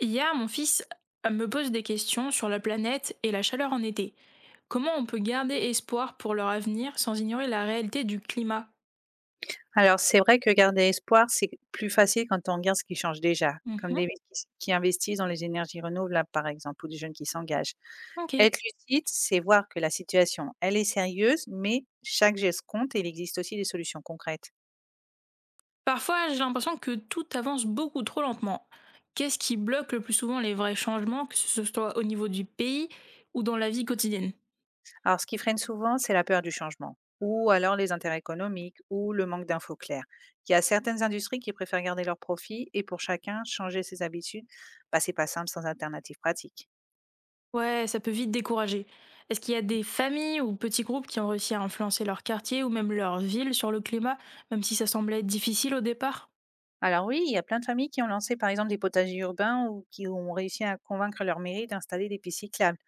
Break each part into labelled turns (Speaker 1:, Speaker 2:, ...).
Speaker 1: Hier, mon fils me pose des questions sur la planète et la chaleur en été. Comment on peut garder espoir pour leur avenir sans ignorer la réalité du climat?
Speaker 2: Alors c'est vrai que garder espoir, c'est plus facile quand on regarde ce qui change déjà, comme
Speaker 1: Mhm,
Speaker 2: des métis qui investissent dans les énergies renouvelables, par exemple, ou des jeunes qui s'engagent.
Speaker 1: ok.
Speaker 2: Être lucide, c'est voir que la situation, elle est sérieuse, mais chaque geste compte et il existe aussi des solutions concrètes.
Speaker 1: Parfois, j'ai l'impression que tout avance beaucoup trop lentement. Qu'est-ce qui bloque le plus souvent les vrais changements, que ce soit au niveau du pays ou dans la vie quotidienne?
Speaker 2: Alors ce qui freine souvent, c'est la peur du changement, ou alors les intérêts économiques, ou le manque d'infos claires. Il y a certaines industries qui préfèrent garder leurs profits et pour chacun, changer ses habitudes, bah, c'est pas simple sans alternative pratique.
Speaker 1: Ouais, ça peut vite décourager. Est-ce qu'il y a des familles ou petits groupes qui ont réussi à influencer leur quartier ou même leur ville sur le climat, même si ça semblait difficile au départ?
Speaker 2: Alors oui, il y a plein de familles qui ont lancé par exemple des potagers urbains ou qui ont réussi à convaincre leur mairie d'installer des pistes cyclables.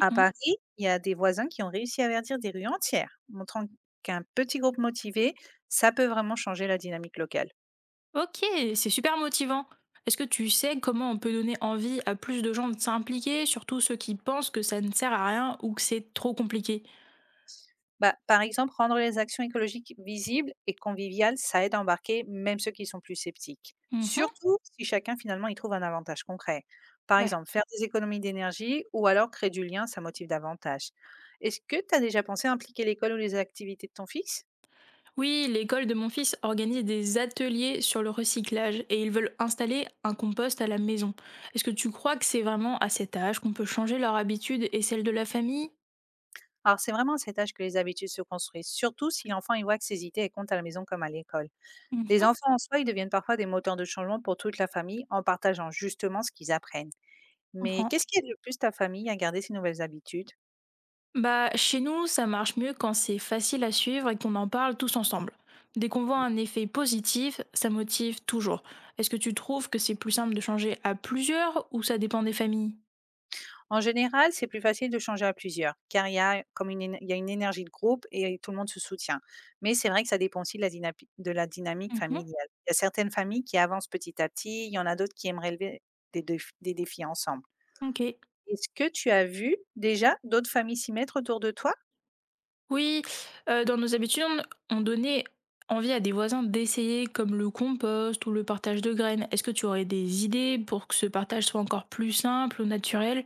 Speaker 2: À Paris, il y a des voisins qui ont réussi à verdir des rues entières, montrant qu'un petit groupe motivé, ça peut vraiment changer la dynamique locale.
Speaker 1: OK, c'est super motivant. Est-ce que tu sais comment on peut donner envie à plus de gens de s'impliquer, surtout ceux qui pensent que ça ne sert à rien ou que c'est trop compliqué?
Speaker 2: Bah, par exemple, rendre les actions écologiques visibles et conviviales, ça aide à embarquer même ceux qui sont plus sceptiques,
Speaker 1: Mhm,
Speaker 2: surtout si chacun finalement y trouve un avantage concret. Par
Speaker 1: ouais.
Speaker 2: exemple, faire des économies d'énergie ou alors créer du lien, ça motive davantage. Est-ce que tu as déjà pensé à impliquer l'école ou les activités de ton fils?
Speaker 1: Oui, l'école de mon fils organise des ateliers sur le recyclage et ils veulent installer un compost à la maison. Est-ce que tu crois que c'est vraiment à cet âge qu'on peut changer leur habitude et celle de la famille?
Speaker 2: Alors, c'est vraiment à cet âge que les habitudes se construisent, surtout si l'enfant y voit que ses idées elles comptent à la maison comme à l'école.
Speaker 1: Mhm,
Speaker 2: Les
Speaker 1: je
Speaker 2: enfants en soi, ils deviennent parfois des moteurs de changement pour toute la famille en partageant justement ce qu'ils apprennent. Mais
Speaker 1: comprends.
Speaker 2: qu'est-ce qui aide le plus ta famille à garder ces nouvelles habitudes?
Speaker 1: Bah, chez nous, ça marche mieux quand c'est facile à suivre et qu'on en parle tous ensemble. Dès qu'on voit un effet positif, ça motive toujours. Est-ce que tu trouves que c'est plus simple de changer à plusieurs ou ça dépend des familles?
Speaker 2: En général, c'est plus facile de changer à plusieurs, car il y a il y a une énergie de groupe et tout le monde se soutient. Mais c'est vrai que ça dépend aussi de la dynamique
Speaker 1: Mhm,
Speaker 2: familiale. Il y a certaines familles qui avancent petit à petit, il y en a d'autres qui aimeraient relever des défis ensemble.
Speaker 1: ok.
Speaker 2: Est-ce que tu as vu déjà d'autres familles s'y mettre autour de toi?
Speaker 1: Oui, dans nos habitudes, on donnait envie à des voisins d'essayer comme le compost ou le partage de graines. Est-ce que tu aurais des idées pour que ce partage soit encore plus simple ou naturel?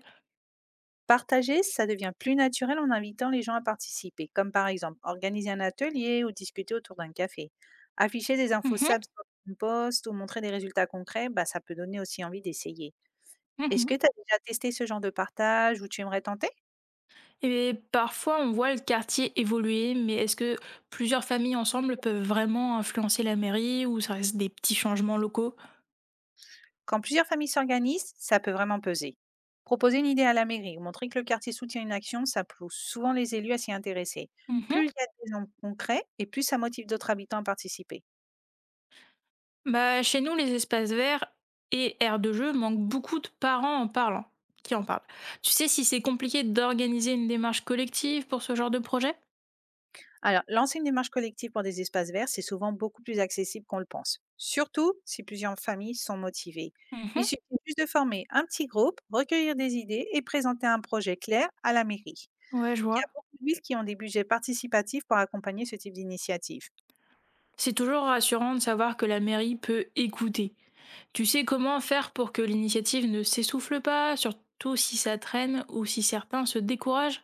Speaker 2: Partager, ça devient plus naturel en invitant les gens à participer, comme par exemple organiser un atelier ou discuter autour d'un café. Afficher des infos
Speaker 1: Mhm,
Speaker 2: simples sur une poste ou montrer des résultats concrets, bah, ça peut donner aussi envie d'essayer. Est-ce que
Speaker 1: mhm.
Speaker 2: tu as déjà testé ce genre de partage ou tu aimerais tenter?
Speaker 1: Et parfois, on voit le quartier évoluer, mais est-ce que plusieurs familles ensemble peuvent vraiment influencer la mairie ou ça reste des petits changements locaux?
Speaker 2: Quand plusieurs familles s'organisent, ça peut vraiment peser. Proposer une idée à la mairie ou montrer que le quartier soutient une action, ça pousse souvent les élus à s'y intéresser.
Speaker 1: Mhm.
Speaker 2: Plus il y a des exemples concrets et plus ça motive d'autres habitants à participer.
Speaker 1: Bah, chez nous, les espaces verts et aires de jeu manquent beaucoup de parents en parlant. Qui en parlent. Tu sais si c'est compliqué d'organiser une démarche collective pour ce genre de projet?
Speaker 2: Alors, lancer une démarche collective pour des espaces verts, c'est souvent beaucoup plus accessible qu'on le pense, surtout si plusieurs familles sont motivées.
Speaker 1: Mhm.
Speaker 2: Il suffit juste de former un petit groupe, recueillir des idées et présenter un projet clair à la mairie.
Speaker 1: Ouais, je
Speaker 2: Il y a
Speaker 1: vois.
Speaker 2: beaucoup de villes qui ont des budgets participatifs pour accompagner ce type d'initiative.
Speaker 1: C'est toujours rassurant de savoir que la mairie peut écouter. Tu sais comment faire pour que l'initiative ne s'essouffle pas, surtout si ça traîne ou si certains se découragent?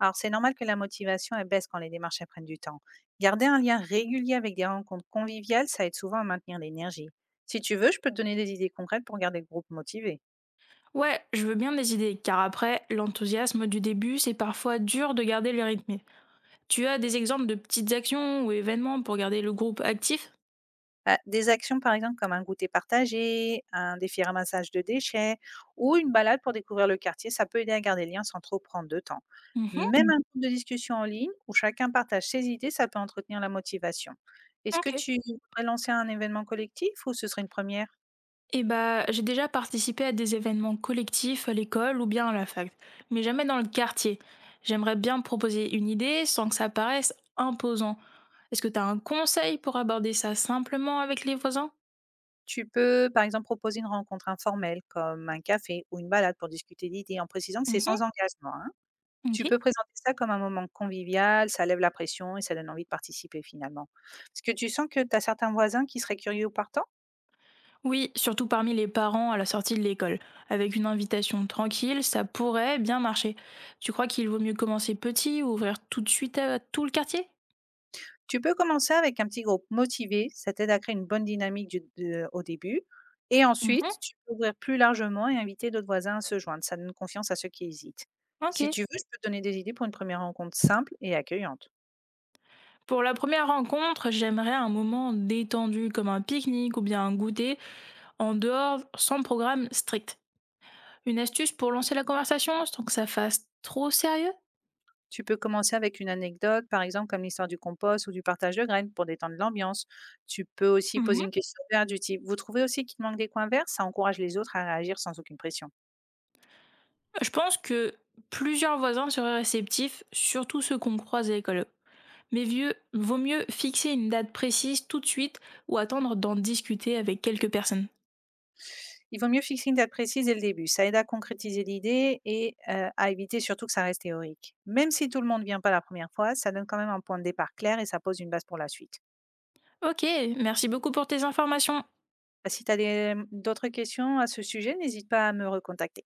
Speaker 2: Alors, c'est normal que la motivation elle baisse quand les démarches elles prennent du temps. Garder un lien régulier avec des rencontres conviviales, ça aide souvent à maintenir l'énergie. Si tu veux, je peux te donner des idées concrètes pour garder le groupe motivé.
Speaker 1: Ouais, je veux bien des idées, car après, l'enthousiasme du début, c'est parfois dur de garder le rythme. Tu as des exemples de petites actions ou événements pour garder le groupe actif?
Speaker 2: Bah, des actions, par exemple, comme un goûter partagé, un défi ramassage de déchets ou une balade pour découvrir le quartier, ça peut aider à garder le lien sans trop prendre de temps.
Speaker 1: Mhm,
Speaker 2: Même un groupe de discussion en ligne où chacun partage ses idées, ça peut entretenir la motivation. Est-ce
Speaker 1: ok.
Speaker 2: que tu voudrais lancer un événement collectif ou ce serait une première?
Speaker 1: Eh bah, j'ai déjà participé à des événements collectifs à l'école ou bien à la fac, mais jamais dans le quartier. J'aimerais bien proposer une idée sans que ça paraisse imposant. Est-ce que tu as un conseil pour aborder ça simplement avec les voisins?
Speaker 2: Tu peux, par exemple, proposer une rencontre informelle comme un café ou une balade pour discuter d'idées en précisant que c'est
Speaker 1: Mhm,
Speaker 2: sans engagement, hein. Tu
Speaker 1: ok.
Speaker 2: peux présenter ça comme un moment convivial, ça lève la pression et ça donne envie de participer finalement. Est-ce que tu sens que tu as certains voisins qui seraient curieux ou partants?
Speaker 1: Oui, surtout parmi les parents à la sortie de l'école. Avec une invitation tranquille, ça pourrait bien marcher. Tu crois qu'il vaut mieux commencer petit ou ouvrir tout de suite à tout le quartier?
Speaker 2: Tu peux commencer avec un petit groupe motivé, ça t'aide à créer une bonne dynamique du de au début et ensuite
Speaker 1: Mhm,
Speaker 2: tu peux ouvrir plus largement et inviter d'autres voisins à se joindre. Ça donne confiance à ceux qui hésitent.
Speaker 1: ok.
Speaker 2: Si tu veux, je peux te donner des idées pour une première rencontre simple et accueillante.
Speaker 1: Pour la première rencontre, j'aimerais un moment détendu comme un pique-nique ou bien un goûter en dehors sans programme strict. Une astuce pour lancer la conversation sans que ça fasse trop sérieux?
Speaker 2: Tu peux commencer avec une anecdote, par exemple comme l'histoire du compost ou du partage de graines pour détendre l'ambiance. Tu peux aussi poser
Speaker 1: Mhm.
Speaker 2: une question verte du type «Vous trouvez aussi qu'il manque des coins verts?» Ça encourage les autres à réagir sans aucune pression.
Speaker 1: Je pense que plusieurs voisins seraient réceptifs, surtout ceux qu'on croise à l'école. Mais vieux, vaut mieux fixer une date précise tout de suite ou attendre d'en discuter avec quelques personnes.
Speaker 2: Il vaut mieux fixer une date précise dès le début. Ça aide à concrétiser l'idée et à éviter surtout que ça reste théorique. Même si tout le monde ne vient pas la première fois, ça donne quand même un point de départ clair et ça pose une base pour la suite.
Speaker 1: Ok, merci beaucoup pour tes informations.
Speaker 2: Ah, si tu as d'autres questions à ce sujet, n'hésite pas à me recontacter.